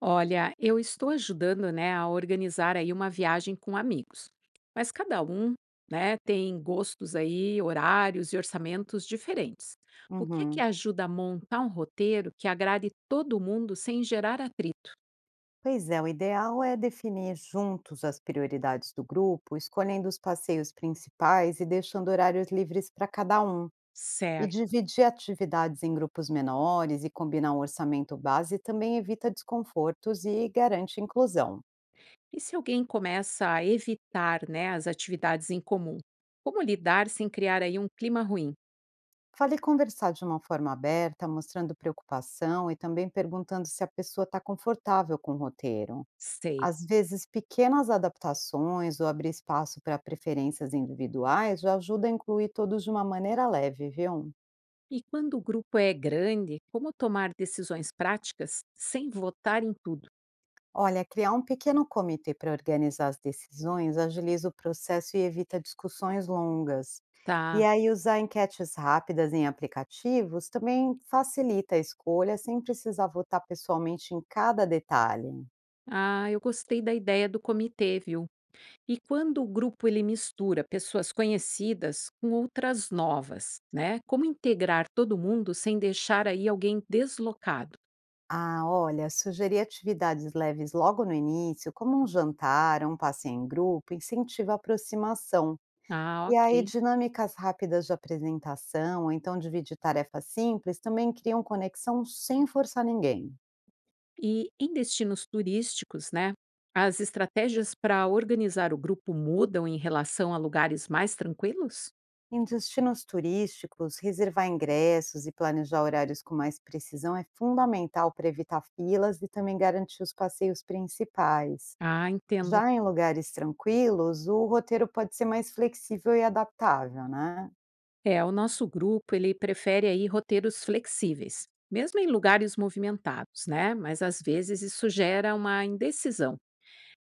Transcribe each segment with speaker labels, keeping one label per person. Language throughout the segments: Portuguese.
Speaker 1: Olha, eu estou ajudando, né, a organizar aí uma viagem com amigos. Mas cada um, né, tem gostos aí, horários e orçamentos diferentes. O que que
Speaker 2: Uhum.
Speaker 1: ajuda a montar um roteiro que agrade todo mundo sem gerar atrito?
Speaker 2: Pois é, o ideal é definir juntos as prioridades do grupo, escolhendo os passeios principais e deixando horários livres para cada um. E
Speaker 1: Certo.
Speaker 2: dividir atividades em grupos menores e combinar um orçamento base também evita desconfortos e garante inclusão.
Speaker 1: E se alguém começa a evitar, né, as atividades em comum? Como lidar sem criar aí um clima ruim?
Speaker 2: Fale conversar de uma forma aberta, mostrando preocupação e também perguntando se a pessoa está confortável com o roteiro.
Speaker 1: Sei.
Speaker 2: Às vezes, pequenas adaptações ou abrir espaço para preferências individuais já ajuda a incluir todos de uma maneira leve, viu?
Speaker 1: E quando o grupo é grande, como tomar decisões práticas sem votar em tudo?
Speaker 2: Olha, criar um pequeno comitê para organizar as decisões agiliza o processo e evita discussões longas. E
Speaker 1: Tá.
Speaker 2: aí, usar enquetes rápidas em aplicativos também facilita a escolha sem precisar votar pessoalmente em cada detalhe.
Speaker 1: Ah, eu gostei da ideia do comitê, viu? E quando o grupo ele mistura pessoas conhecidas com outras novas, né? Como integrar todo mundo sem deixar aí alguém deslocado?
Speaker 2: Ah, olha, sugerir atividades leves logo no início, como um jantar, um passeio em grupo, incentiva a aproximação.
Speaker 1: Ah,
Speaker 2: E aí,
Speaker 1: ok.
Speaker 2: dinâmicas rápidas de apresentação, ou então dividir tarefas simples, também criam conexão sem forçar ninguém.
Speaker 1: E em destinos turísticos, né? As estratégias para organizar o grupo mudam em relação a lugares mais tranquilos?
Speaker 2: Em destinos turísticos, reservar ingressos e planejar horários com mais precisão é fundamental para evitar filas e também garantir os passeios principais.
Speaker 1: Ah, entendo.
Speaker 2: Já em lugares tranquilos, o roteiro pode ser mais flexível e adaptável, né?
Speaker 1: É, o nosso grupo, ele prefere aí roteiros flexíveis, mesmo em lugares movimentados, né? Mas às vezes isso gera uma indecisão.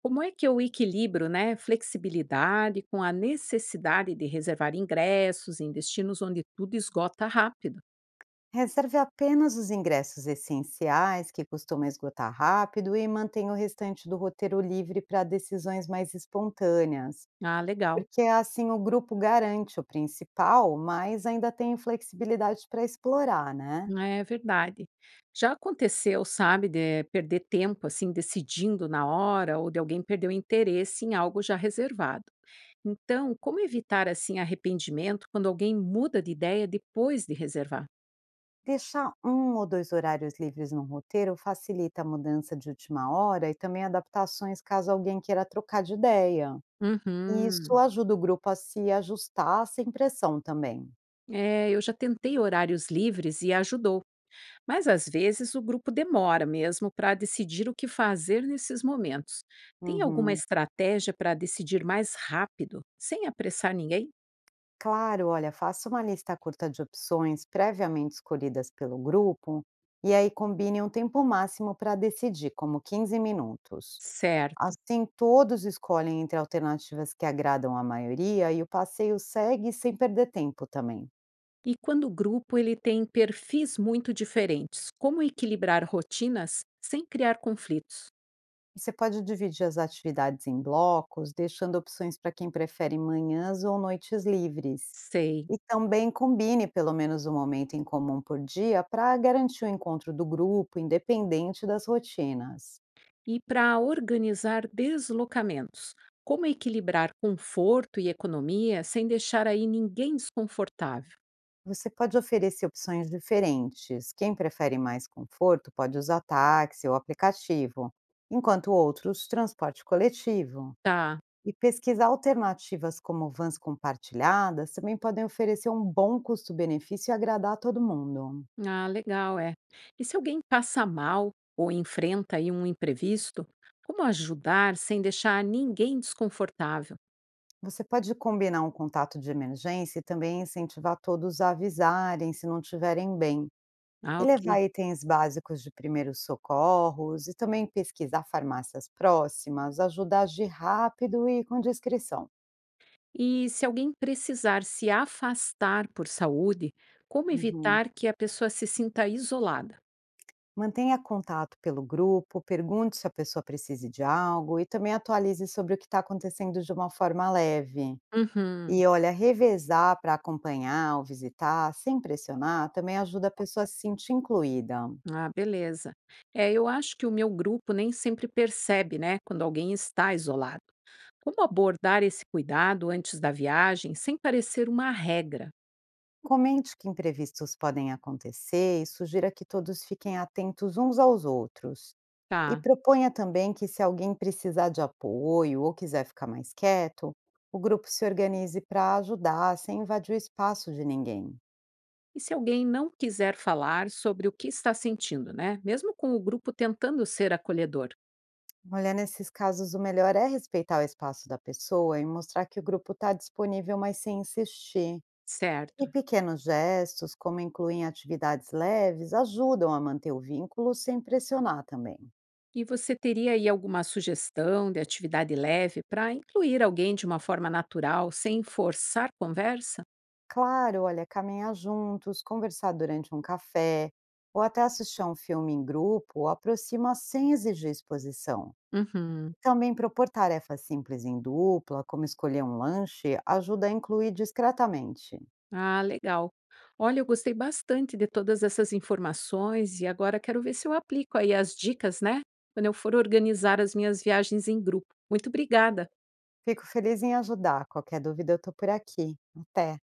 Speaker 1: Como é que eu equilibro, né, flexibilidade com a necessidade de reservar ingressos em destinos onde tudo esgota rápido?
Speaker 2: Reserve apenas os ingressos essenciais, que costumam esgotar rápido, e mantenha o restante do roteiro livre para decisões mais espontâneas,
Speaker 1: Ah, legal.
Speaker 2: porque assim o grupo garante o principal, mas ainda tem flexibilidade para explorar, né?
Speaker 1: É verdade. Já aconteceu, sabe, de perder tempo assim decidindo na hora ou de alguém perder o interesse em algo já reservado. Então, como evitar assim arrependimento quando alguém muda de ideia depois de reservar?
Speaker 2: Deixar um ou dois horários livres no roteiro facilita a mudança de última hora e também adaptações caso alguém queira trocar de ideia. E isso
Speaker 1: Uhum.
Speaker 2: ajuda o grupo a se ajustar sem pressão também.
Speaker 1: É, eu já tentei horários livres e ajudou, mas às vezes o grupo demora mesmo para decidir o que fazer nesses momentos. Tem alguma
Speaker 2: Uhum.
Speaker 1: estratégia para decidir mais rápido, sem apressar ninguém?
Speaker 2: Claro, olha, faça uma lista curta de opções previamente escolhidas pelo grupo e aí combine um tempo máximo para decidir, como 15 minutos.
Speaker 1: Certo.
Speaker 2: Assim, todos escolhem entre alternativas que agradam a maioria e o passeio segue sem perder tempo também.
Speaker 1: E quando o grupo ele tem perfis muito diferentes, como equilibrar rotinas sem criar conflitos?
Speaker 2: Você pode dividir as atividades em blocos, deixando opções para quem prefere manhãs ou noites livres.
Speaker 1: Sei.
Speaker 2: E também combine pelo menos um momento em comum por dia para garantir o encontro do grupo, independente das rotinas.
Speaker 1: E para organizar deslocamentos, como equilibrar conforto e economia sem deixar aí ninguém desconfortável?
Speaker 2: Você pode oferecer opções diferentes. Quem prefere mais conforto pode usar táxi ou aplicativo, enquanto outros transporte coletivo.
Speaker 1: Tá.
Speaker 2: E pesquisar alternativas como vans compartilhadas também podem oferecer um bom custo-benefício e agradar a todo mundo.
Speaker 1: Ah, legal, é. E se alguém passa mal ou enfrenta aí um imprevisto, como ajudar sem deixar ninguém desconfortável?
Speaker 2: Você pode combinar um contato de emergência e também incentivar todos a avisarem se não estiverem bem,
Speaker 1: Ah,
Speaker 2: e
Speaker 1: ok.
Speaker 2: levar itens básicos de primeiros socorros e também pesquisar farmácias próximas, ajuda a agir rápido e com discrição.
Speaker 1: E se alguém precisar se afastar por saúde, como
Speaker 2: Uhum.
Speaker 1: evitar que a pessoa se sinta isolada?
Speaker 2: Mantenha contato pelo grupo, pergunte se a pessoa precisa de algo e também atualize sobre o que está acontecendo de uma forma leve.
Speaker 1: Uhum.
Speaker 2: E olha, revezar para acompanhar ou visitar, sem pressionar, também ajuda a pessoa a se sentir incluída.
Speaker 1: Ah, beleza. É, eu acho que o meu grupo nem sempre percebe, né, quando alguém está isolado. Como abordar esse cuidado antes da viagem sem parecer uma regra,
Speaker 2: Comente que imprevistos podem acontecer e sugira que todos fiquem atentos uns aos outros. E
Speaker 1: tá?
Speaker 2: proponha também que, se alguém precisar de apoio ou quiser ficar mais quieto, o grupo se organize para ajudar, sem invadir o espaço de ninguém.
Speaker 1: E se alguém não quiser falar sobre o que está sentindo, né? Mesmo com o grupo tentando ser acolhedor,
Speaker 2: Olha, nesses casos, o melhor é respeitar o espaço da pessoa e mostrar que o grupo está disponível, mas sem insistir. E
Speaker 1: certo?
Speaker 2: pequenos gestos, como incluir em atividades leves, ajudam a manter o vínculo sem pressionar também.
Speaker 1: E você teria aí alguma sugestão de atividade leve para incluir alguém de uma forma natural, sem forçar conversa?
Speaker 2: Claro, olha, caminhar juntos, conversar durante um café ou até assistir a um filme em grupo aproxima sem exigir exposição.
Speaker 1: Uhum.
Speaker 2: Também propor tarefas simples em dupla, como escolher um lanche, ajuda a incluir discretamente.
Speaker 1: Ah, legal. Olha, eu gostei bastante de todas essas informações e agora quero ver se eu aplico aí as dicas, né? Quando eu for organizar as minhas viagens em grupo. Muito obrigada.
Speaker 2: Fico feliz em ajudar. Qualquer dúvida, eu tô por aqui. Até!